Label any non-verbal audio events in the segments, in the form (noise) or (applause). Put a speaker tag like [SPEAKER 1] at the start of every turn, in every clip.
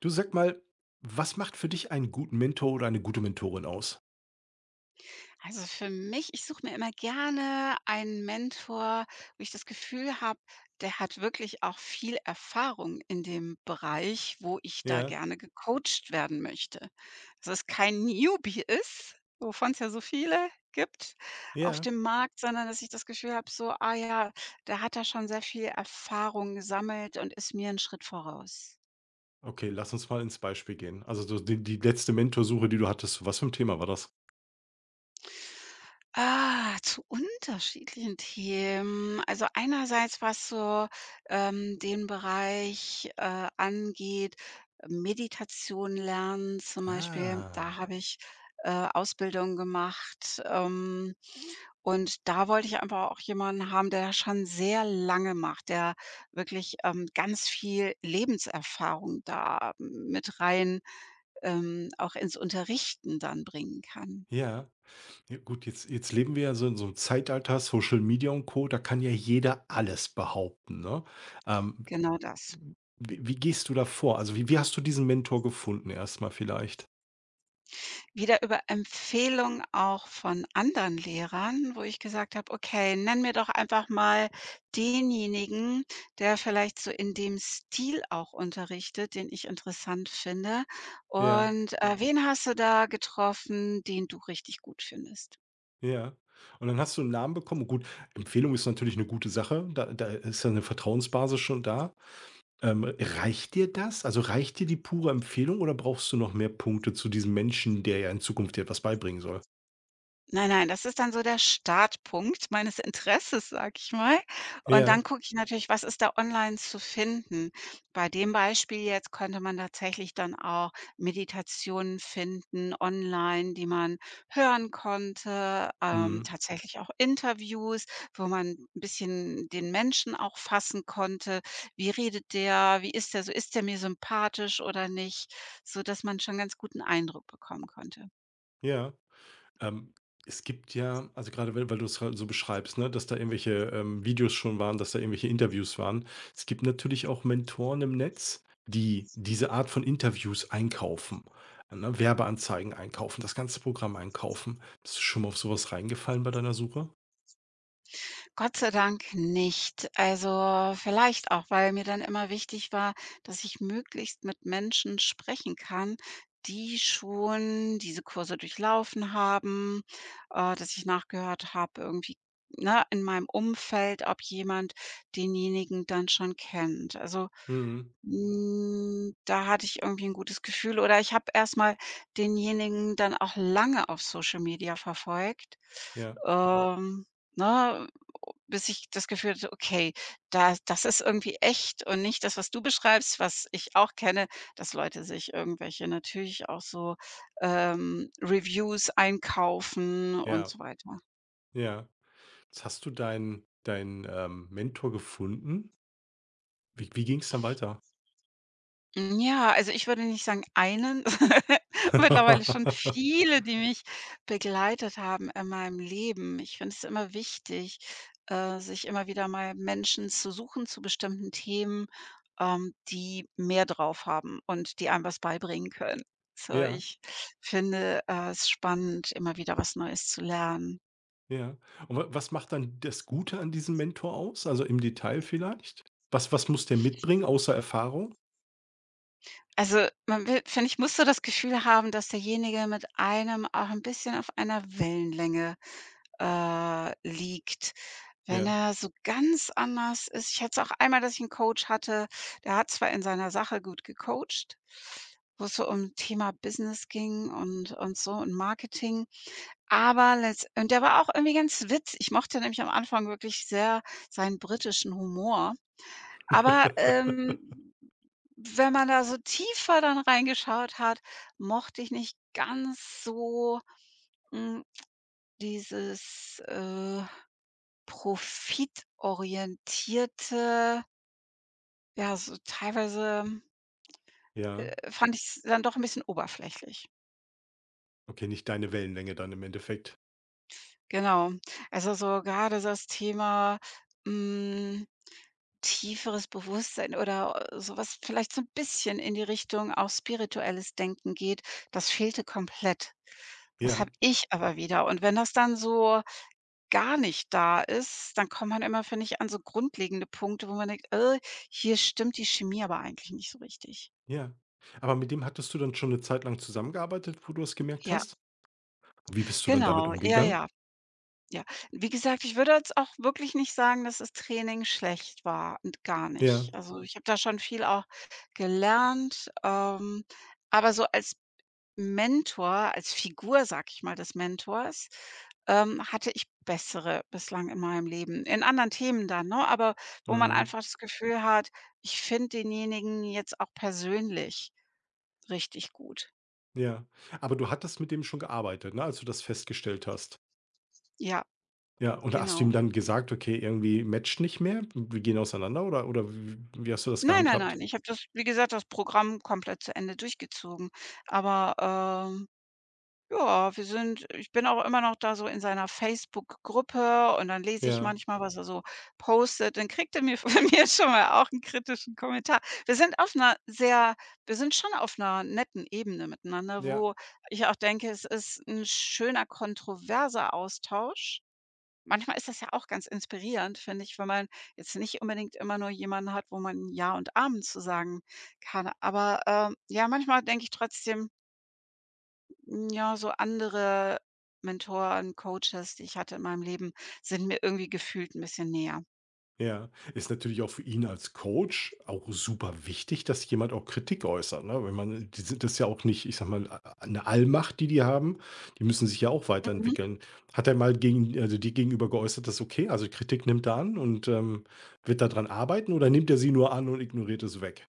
[SPEAKER 1] Du sag mal, was macht für dich einen guten Mentor oder eine gute Mentorin aus?
[SPEAKER 2] Also für mich, ich suche mir immer gerne einen Mentor, wo ich das Gefühl habe, der hat wirklich auch viel Erfahrung in dem Bereich, wo ich da
[SPEAKER 1] Ja,
[SPEAKER 2] gerne gecoacht werden möchte. Dass es kein Newbie ist, wovon es ja so viele gibt auf
[SPEAKER 1] ja.
[SPEAKER 2] dem Markt, sondern dass ich das Gefühl habe, so, ah ja, der hat da schon sehr viel Erfahrung gesammelt und ist mir 'n Schritt voraus.
[SPEAKER 1] Okay, lass uns mal ins Beispiel gehen. Also so die letzte Mentorsuche, die du hattest, was für ein Thema war das?
[SPEAKER 2] Ah, zu unterschiedlichen Themen. Also einerseits, was so, den Bereich, angeht, Meditation lernen zum Beispiel, da
[SPEAKER 1] Ah,
[SPEAKER 2] habe ich, Ausbildung gemacht, und da wollte ich einfach auch jemanden haben, der das schon sehr lange macht, der wirklich, ganz viel Lebenserfahrung da mit rein, auch ins Unterrichten dann bringen kann.
[SPEAKER 1] ja. Ja gut, jetzt leben wir ja so in so einem Zeitalter, Social Media und Co., da kann ja jeder alles behaupten. Ne? Ähm,
[SPEAKER 2] Genau das.
[SPEAKER 1] wie gehst du da vor? Also wie hast du diesen Mentor gefunden erstmal vielleicht?
[SPEAKER 2] Wieder über Empfehlungen auch von anderen Lehrern, wo ich gesagt habe: „Okay, nenn mir doch einfach mal denjenigen, der vielleicht so in dem Stil auch unterrichtet, den ich interessant finde.
[SPEAKER 1] Ja.
[SPEAKER 2] Und, Mhm. Wen hast du da getroffen, den du richtig gut findest?“
[SPEAKER 1] Ja. Und dann hast du 'n Namen bekommen. Gut, Empfehlung ist natürlich 'ne gute Sache. Da ist ja 'ne Vertrauensbasis schon da. Reicht dir das? Also, reicht dir die pure Empfehlung oder brauchst du noch mehr Punkte zu diesem Menschen, der ja in Zukunft dir etwas beibringen soll?
[SPEAKER 2] Nein, nein, das ist dann so der Startpunkt meines Interesses, sage ich mal. Und dann
[SPEAKER 1] Ja.
[SPEAKER 2] gucke ich natürlich, was ist da online zu finden? Bei dem Beispiel jetzt könnte man tatsächlich dann auch Meditationen finden online, die man hören konnte,
[SPEAKER 1] Mhm.
[SPEAKER 2] tatsächlich auch Interviews, wo man ein bisschen den Menschen auch fassen konnte. Wie redet der? Wie ist der so? Ist der mir sympathisch oder nicht? So, dass man schon ganz guten Eindruck bekommen konnte.
[SPEAKER 1] Ja. Ähm, es gibt ja also gerade weil du es halt so beschreibst, ne, dass da irgendwelche, Videos schon waren, dass da irgendwelche Interviews waren. Es gibt natürlich auch Mentoren im Netz, die diese Art von Interviews einkaufen, ne? Werbeanzeigen einkaufen, das ganze Programm einkaufen. Bist du schon mal auf sowas reingefallen bei deiner Suche?
[SPEAKER 2] Gott sei Dank nicht. Also, vielleicht auch, weil mir dann immer wichtig war, dass ich möglichst mit Menschen sprechen kann, die schon diese Kurse durchlaufen haben, dass ich nachgehört habe irgendwie, ne, in meinem Umfeld, ob jemand denjenigen dann schon kennt. Also,
[SPEAKER 1] Mhm.
[SPEAKER 2] da hatte ich irgendwie ein gutes Gefühl, oder ich habe erstmal denjenigen dann auch lange auf Social Media verfolgt,
[SPEAKER 1] Ja,
[SPEAKER 2] ähm, ne, bis ich das Gefühl hatte: „Okay, da das ist irgendwie echt und nicht das, was du beschreibst, was ich auch kenne, dass Leute sich irgendwelche natürlich auch so, Reviews einkaufen und
[SPEAKER 1] ja,
[SPEAKER 2] so weiter.“
[SPEAKER 1] ja. Jetzt hast du deinen, Mentor gefunden. Wie ging es dann weiter?
[SPEAKER 2] Ja, also, ich würde nicht sagen einen, (laughs) mittlerweile schon
[SPEAKER 1] (laughs)
[SPEAKER 2] viele, die mich begleitet haben in meinem Leben. Ich finde es immer wichtig, sich immer wieder mal Menschen zu suchen zu bestimmten Themen, die mehr drauf haben und die einem was beibringen können. So,
[SPEAKER 1] Ja.
[SPEAKER 2] ich finde, es spannend, immer wieder was Neues zu lernen.
[SPEAKER 1] Ja. Und wa was macht dann das Gute an diesem Mentor aus? Also, im Detail vielleicht? Was muss der mitbringen außer Erfahrung?
[SPEAKER 2] Also, man will, finde ich, muss so das Gefühl haben, dass derjenige mit einem auch ein bisschen auf einer Wellenlänge liegt. Wenn
[SPEAKER 1] Ja.
[SPEAKER 2] er so ganz anders ist, ich hatte es auch einmal, dass ich 'n Coach hatte, der hat zwar in seiner Sache gut gecoacht, wo es so um Thema Business ging und so und Marketing, aber letzt und der war auch irgendwie ganz witz ich mochte nämlich am Anfang wirklich sehr seinen britischen Humor. Aber,
[SPEAKER 1] (laughs)
[SPEAKER 2] wenn man da so tiefer dann reingeschaut hat, mochte ich nicht ganz so, hm, dieses, profitorientierte, ja, so teilweise,
[SPEAKER 1] Ja.
[SPEAKER 2] fand ich es dann doch ein bisschen oberflächlich.
[SPEAKER 1] Okay, nicht deine Wellenlänge dann im Endeffekt.
[SPEAKER 2] Genau. Also, so gerade so das Thema, hm, tieferes Bewusstsein oder sowas, vielleicht so ein bisschen in die Richtung auch spirituelles Denken geht, das fehlte komplett. Das
[SPEAKER 1] Ja,
[SPEAKER 2] habe ich aber wieder. Und wenn das dann so gar nicht da ist, dann kommt man immer, finde ich, an so grundlegende Punkte, wo man denkt: hier stimmt die Chemie aber eigentlich nicht so richtig.“
[SPEAKER 1] ja. Aber mit dem hattest du dann schon eine Zeit lang zusammengearbeitet, wo du es gemerkt
[SPEAKER 2] Ja,
[SPEAKER 1] hast? Wie bist du dann damit
[SPEAKER 2] genau. Ja,
[SPEAKER 1] umgegangen?
[SPEAKER 2] ja, ja. Wie gesagt, ich würde jetzt auch wirklich nicht sagen, dass das Training schlecht war und gar nicht.
[SPEAKER 1] Ja,
[SPEAKER 2] Also, ich habe da schon viel auch gelernt, aber so als Mentor, als Figur, sag ich mal, des Mentors, hatte ich bessere bislang in meinem Leben. In anderen Themen dann, ne, aber wo man
[SPEAKER 1] mhm,
[SPEAKER 2] einfach das Gefühl hat, ich finde denjenigen jetzt auch persönlich richtig gut.
[SPEAKER 1] ja. Aber du hattest mit dem schon gearbeitet, ne, als du das festgestellt hast?
[SPEAKER 2] Ja,
[SPEAKER 1] Ja, und hast du ihm
[SPEAKER 2] genau.
[SPEAKER 1] dann gesagt: „Okay, irgendwie matcht nicht mehr, wir gehen auseinander", oder w wie hast du das
[SPEAKER 2] Nein, nein,
[SPEAKER 1] gehandhabt?
[SPEAKER 2] nein. Ich habe das, wie gesagt, das Programm komplett zu Ende durchgezogen. Aber, ähm, ja, wir sind ich bin auch immer noch da so in seiner Facebook-Gruppe, und dann lese ich
[SPEAKER 1] Ja.
[SPEAKER 2] manchmal, was er so postet. Dann kriegt er mir von (laughs) mir schon mal auch einen kritischen Kommentar. Wir sind auf einer sehr wir sind schon auf einer netten Ebene miteinander,
[SPEAKER 1] Ja,
[SPEAKER 2] wo ich auch denke, es ist ein schöner, kontroverser Austausch. Manchmal ist das ja auch ganz inspirierend, finde ich, wenn man jetzt nicht unbedingt immer nur jemanden hat, wo man Ja und Amen zu sagen kann. Aber, ja, manchmal denke ich trotzdem, ja, so andere Mentoren, Coaches, die ich hatte in meinem Leben, sind mir irgendwie gefühlt ein bisschen näher.
[SPEAKER 1] ja. Ist natürlich auch für ihn als Coach auch super wichtig, dass jemand auch Kritik äußert, ne? Wenn man die sind, das ist ja auch nicht, ich sag mal, eine Allmacht, die die haben. Die müssen sich ja auch
[SPEAKER 2] Mhm.
[SPEAKER 1] weiterentwickeln. Hat er mal gegen, also dir gegenüber geäußert, das ist okay, also Kritik nimmt er an und, wird daran arbeiten oder nimmt er sie nur an und ignoriert es weg?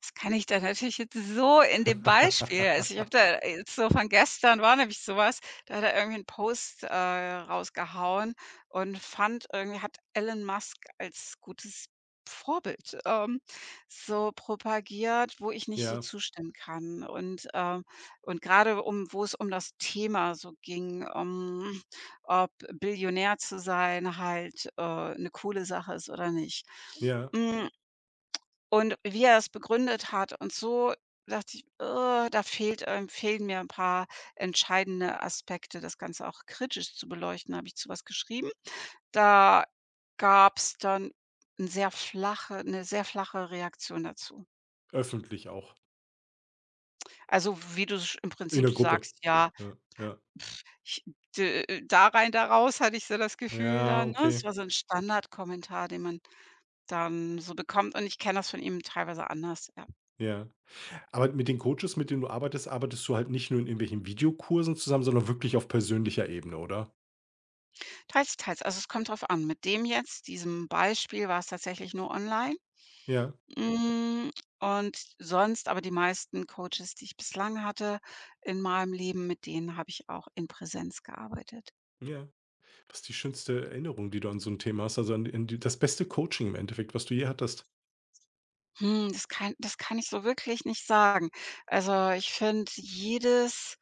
[SPEAKER 2] Das kann ich da natürlich jetzt so in dem Beispiel also, ich habe
[SPEAKER 1] (laughs)
[SPEAKER 2] da jetzt so von gestern war nämlich so was, da hat er irgendwie 'n Post, rausgehauen und fand irgendwie hat Elon Musk als gutes Vorbild, so propagiert, wo ich nicht so
[SPEAKER 1] Ja,
[SPEAKER 2] zustimmen kann. Und grade um wo es um das Thema so ging, ob Billionär zu sein halt, 'ne coole Sache ist oder nicht.
[SPEAKER 1] ja,
[SPEAKER 2] Hm, und wie er es begründet hat und so, dachte ich: da fehlt fehlen mir ein paar entscheidende Aspekte, das Ganze auch kritisch zu beleuchten.“ Habe ich zu was geschrieben. Da gab es dann 'n sehr flache 'ne sehr flache Reaktion dazu.
[SPEAKER 1] öffentlich auch,
[SPEAKER 2] Also, wie du sch im
[SPEAKER 1] in
[SPEAKER 2] Prinzip
[SPEAKER 1] der Gruppe.
[SPEAKER 2] sagst, ja,
[SPEAKER 1] Ja, ja.
[SPEAKER 2] ich d da rein, da raus, hatte ich so das Gefühl
[SPEAKER 1] Ja,
[SPEAKER 2] dann, ne? Es
[SPEAKER 1] okay,
[SPEAKER 2] war so ein Standardkommentar, den man dann so bekommt, und ich kenne das von ihm teilweise anders, ja.
[SPEAKER 1] ja. Aber mit den Coaches, mit denen du arbeitest, arbeitest du halt nicht nur in irgendwelchen Videokursen zusammen, sondern wirklich auf persönlicher Ebene, oder?
[SPEAKER 2] Teils, teils. Also, es kommt drauf an. Mit dem jetzt, diesem Beispiel war es tatsächlich nur online.
[SPEAKER 1] Ja,
[SPEAKER 2] Hm, und sonst aber die meisten Coaches, die ich bislang hatte in meinem Leben, mit denen habe ich auch in Präsenz gearbeitet.
[SPEAKER 1] ja. Was ist die schönste Erinnerung, die du an so 'n Thema hast? Also, an die, das beste Coaching im Endeffekt, was du je hattest?
[SPEAKER 2] Das kann ich so wirklich nicht sagen. Also, ich finde, jedes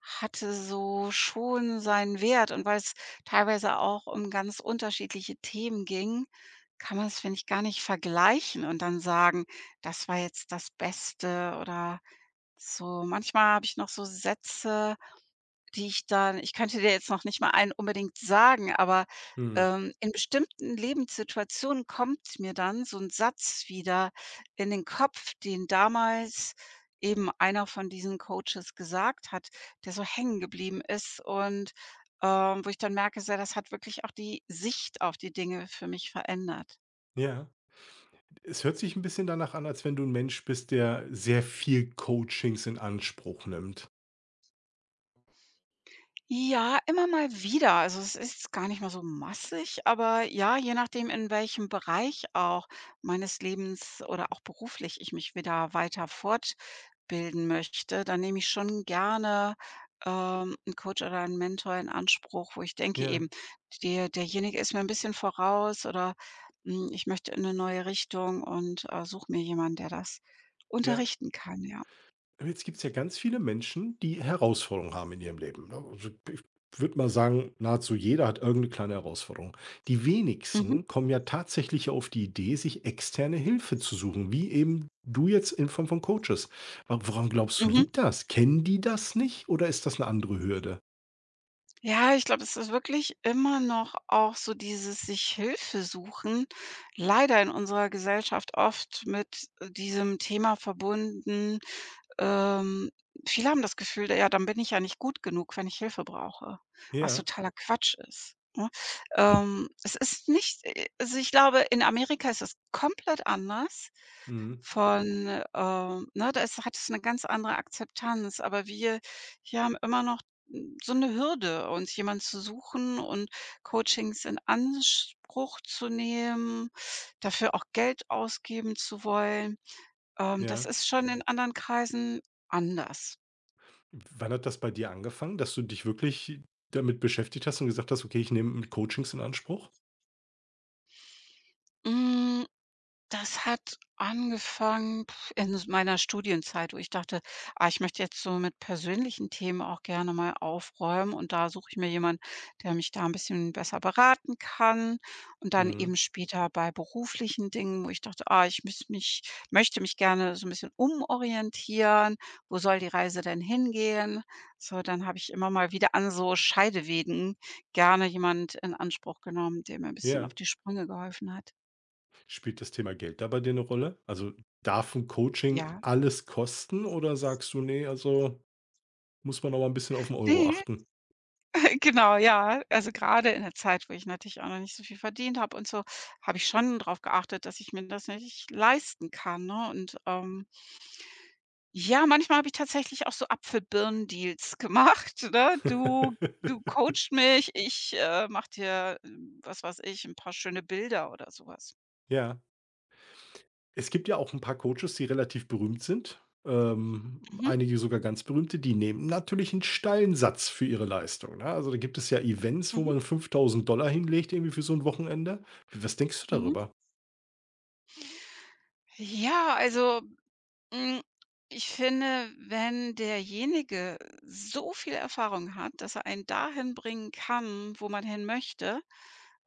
[SPEAKER 2] hatte so schon seinen Wert, und weil es teilweise auch um ganz unterschiedliche Themen ging, kann man es, finde ich, gar nicht vergleichen und dann sagen, das war jetzt das Beste oder so. Manchmal habe ich noch so Sätze die ich dann ich könnte dir jetzt noch nicht mal einen unbedingt sagen, aber,
[SPEAKER 1] Mhm,
[SPEAKER 2] in bestimmten Lebenssituationen kommt mir dann so 'n Satz wieder in den Kopf, den damals eben einer von diesen Coaches gesagt hat, der so hängen geblieben ist, und, wo ich dann merke, so, das hat wirklich auch die Sicht auf die Dinge für mich verändert.
[SPEAKER 1] ja. Es hört sich 'n bisschen danach an, als wenn du 'n Mensch bist, der sehr viel Coachings in Anspruch nimmt.
[SPEAKER 2] Ja, immer mal wieder. Also, es ist gar nicht mal so massig, aber ja, je nachdem, in welchem Bereich auch meines Lebens oder auch beruflich ich mich wieder weiter fortbilden möchte, dann nehme ich schon gerne, 'n Coach oder einen Mentor in Anspruch, wo ich denke
[SPEAKER 1] Ja,
[SPEAKER 2] eben, derjenige ist mir ein bisschen voraus oder, ich möchte in eine neue Richtung, und, suche mir jemanden, der das
[SPEAKER 1] ja.
[SPEAKER 2] unterrichten kann, ja.
[SPEAKER 1] Jetzt gibt es ja ganz viele Menschen, die Herausforderungen haben in ihrem Leben, ne? Also ich würde mal sagen, nahezu jeder hat irgendeine kleine Herausforderung. Die
[SPEAKER 2] Mhm,
[SPEAKER 1] wenigsten kommen ja tatsächlich auf die Idee, sich externe Hilfe zu suchen, wie eben du jetzt in Form von Coaches. Woran glaubst du,
[SPEAKER 2] mhm.
[SPEAKER 1] liegt das? Kennen die das nicht oder ist das eine andere Hürde?
[SPEAKER 2] Ja, ich glaube, es ist wirklich immer noch auch so dieses sich Hilfe suchen, leider in unserer Gesellschaft oft mit diesem Thema verbunden. Ähm, viele haben das Gefühl, ja, dann bin ich ja nicht gut genug, wenn ich Hilfe brauche, was
[SPEAKER 1] Ja,
[SPEAKER 2] totaler Quatsch ist. Ne? Es ist nicht, also ich glaube, in Amerika ist es komplett anders.
[SPEAKER 1] mhm.
[SPEAKER 2] Von, ne, da ist hat es eine ganz andere Akzeptanz, aber wir hier haben immer noch, so eine Hürde, uns jemand zu suchen und Coachings in Anspruch zu nehmen, dafür auch Geld ausgeben zu wollen. Das
[SPEAKER 1] Ja.
[SPEAKER 2] ist schon in anderen Kreisen anders.
[SPEAKER 1] Wann hat das bei dir angefangen, dass du dich wirklich damit beschäftigt hast und gesagt hast, okay, ich nehme Coachings in Anspruch?
[SPEAKER 2] Hm Das hat angefangen in s meiner Studienzeit, wo ich dachte: „Ah, ich möchte jetzt so mit persönlichen Themen auch gerne mal aufräumen, und da suche ich mir jemanden, der mich da ein bisschen besser beraten kann.“ Und dann eben
[SPEAKER 1] Mhm.
[SPEAKER 2] später bei beruflichen Dingen, wo ich dachte: „Ah, ich müsste mich möchte mich gerne so ein bisschen umorientieren. Wo soll die Reise denn hingehen?“ So, dann habe ich immer mal wieder an so Scheidewegen gerne jemand in Anspruch genommen, der mir ein bisschen
[SPEAKER 1] Ja.
[SPEAKER 2] auf die Sprünge geholfen hat.
[SPEAKER 1] Spielt das Thema Geld da bei dir 'ne Rolle? Also, darf ein Coaching
[SPEAKER 2] Ja.
[SPEAKER 1] alles kosten oder sagst du: nee? Also muss man noch mal ein bisschen auf den Euro
[SPEAKER 2] (laughs)
[SPEAKER 1] achten?"
[SPEAKER 2] Genau, ja. Also, gerade in der Zeit, wo ich natürlich auch noch nicht so viel verdient habe und so, habe ich schon drauf geachtet, dass ich mir das nicht leisten kann, ne? Und, ja, manchmal habe ich tatsächlich auch so Apfel-Birnen-Deals (laughs) gemacht, ne? Du
[SPEAKER 1] (laughs)
[SPEAKER 2] coachst mich, ich, mache dir, was weiß ich, ein paar schöne Bilder oder sowas.
[SPEAKER 1] Ja. Es gibt ja auch ein paar Coaches, die relativ berühmt sind,
[SPEAKER 2] Mhm,
[SPEAKER 1] einige sogar ganz berühmte, die nehmen natürlich einen steilen Satz für ihre Leistung, ne? Also, da gibt es ja Events, wo
[SPEAKER 2] mhm,
[SPEAKER 1] man 5.000 hinlegt irgendwie für so ein Wochenende. Was denkst du
[SPEAKER 2] mhm.
[SPEAKER 1] darüber?
[SPEAKER 2] Ja, also Hm, ich finde, wenn derjenige so viel Erfahrung hat, dass er einen dahin bringen kann, wo man hin möchte,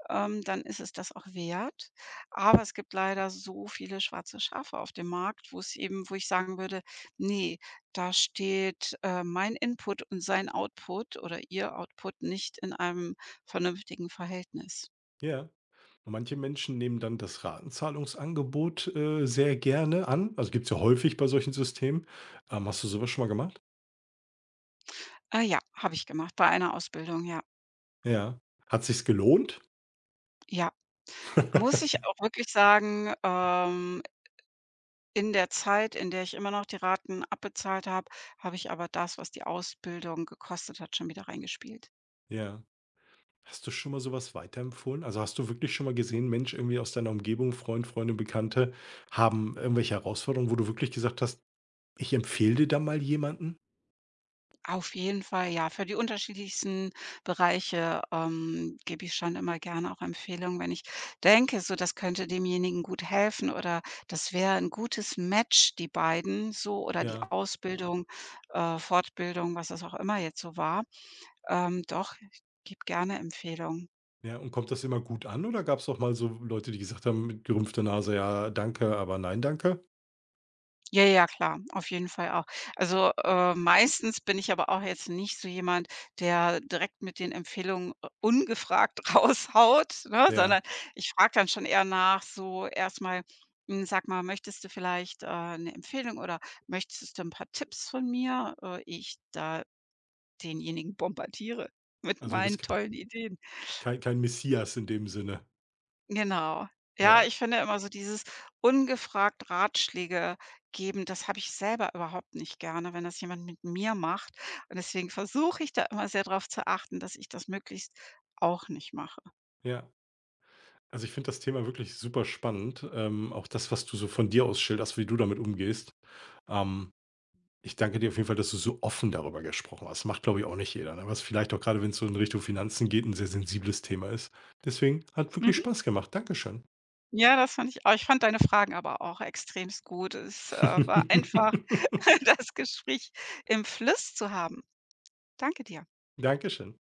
[SPEAKER 2] dann ist es das auch wert. Aber es gibt leider so viele schwarze Schafe auf dem Markt, wo es eben wo ich sagen würde: „Nee, da steht, mein Input und sein Output oder ihr Output nicht in einem vernünftigen Verhältnis.“
[SPEAKER 1] Ja. Manche Menschen nehmen dann das Ratenzahlungsangebot, sehr gerne an. Also, gibt's ja häufig bei solchen Systemen. Hast du sowas schon mal gemacht?
[SPEAKER 2] Ah ja, habe ich gemacht bei einer Ausbildung, ja.
[SPEAKER 1] Ja. Hat sich's gelohnt?
[SPEAKER 2] Ja, muss ich
[SPEAKER 1] (laughs)
[SPEAKER 2] auch wirklich sagen, in der Zeit, in der ich immer noch die Raten abbezahlt habe, habe ich aber das, was die Ausbildung gekostet hat, schon wieder reingespielt.
[SPEAKER 1] Ja. Hast du schon mal sowas weiterempfohlen? Also, hast du wirklich schon mal gesehen, Mensch, irgendwie aus deiner Umgebung, Freund, Freundin, Bekannte haben irgendwelche Herausforderungen, wo du wirklich gesagt hast: „Ich empfehle dir da mal jemanden?"
[SPEAKER 2] Auf jeden Fall, ja. Für die unterschiedlichsten Bereiche, gebe ich schon immer gerne auch Empfehlungen, wenn ich denke, so das könnte demjenigen gut helfen oder das wäre ein gutes Match, die beiden so oder die Mhm.
[SPEAKER 1] Ja,
[SPEAKER 2] Ausbildung, Fortbildung, was es auch immer jetzt so war. Doch, ich gebe gerne Empfehlungen.
[SPEAKER 1] ja. Und kommt das immer gut an oder gab's auch mal so Leute, die gesagt haben mit gerümpfter Nase: „Ja, danke, aber nein, danke?"
[SPEAKER 2] Ja, ja, klar, auf jeden Fall auch. Also, meistens bin ich aber auch jetzt nicht so jemand, der direkt mit den Empfehlungen, ungefragt (laughs) raushaut, ne,
[SPEAKER 1] Ja.
[SPEAKER 2] sondern ich frage dann schon eher nach, so erstmal, sag mal, möchtest du vielleicht, 'ne Empfehlung, oder möchtest du ein paar Tipps von mir, ehe ich da denjenigen bombardiere (laughs) mit
[SPEAKER 1] Also, du
[SPEAKER 2] meinen
[SPEAKER 1] bist
[SPEAKER 2] tollen Ideen?
[SPEAKER 1] kein Messias in dem Sinne.
[SPEAKER 2] Genau. Ja,
[SPEAKER 1] Ja,
[SPEAKER 2] ich finde immer so dieses ungefragt Ratschläge geben, das habe ich selber überhaupt nicht gerne, wenn das jemand mit mir macht. Und deswegen versuche ich da immer sehr drauf zu achten, dass ich das möglichst auch nicht mache.
[SPEAKER 1] ja. Also, ich finde das Thema wirklich super spannend, auch das, was du so von dir aus schilderst, wie du damit umgehst. Ähm, ich danke dir auf jeden Fall, dass du so offen darüber gesprochen hast. Macht, glaube ich, auch nicht jeder, ne? Was vielleicht, auch gerade wenn es so in Richtung Finanzen geht, ein sehr sensibles Thema ist. Deswegen hat wirklich
[SPEAKER 2] Mhm.
[SPEAKER 1] Spaß gemacht. Dankeschön.
[SPEAKER 2] Ja, das fand ich auch. Ich fand deine Fragen aber auch extremst gut. Es, war einfach
[SPEAKER 1] (laughs)
[SPEAKER 2] (laughs) das Gespräch im Fluss zu haben. Danke dir.
[SPEAKER 1] Dankeschön.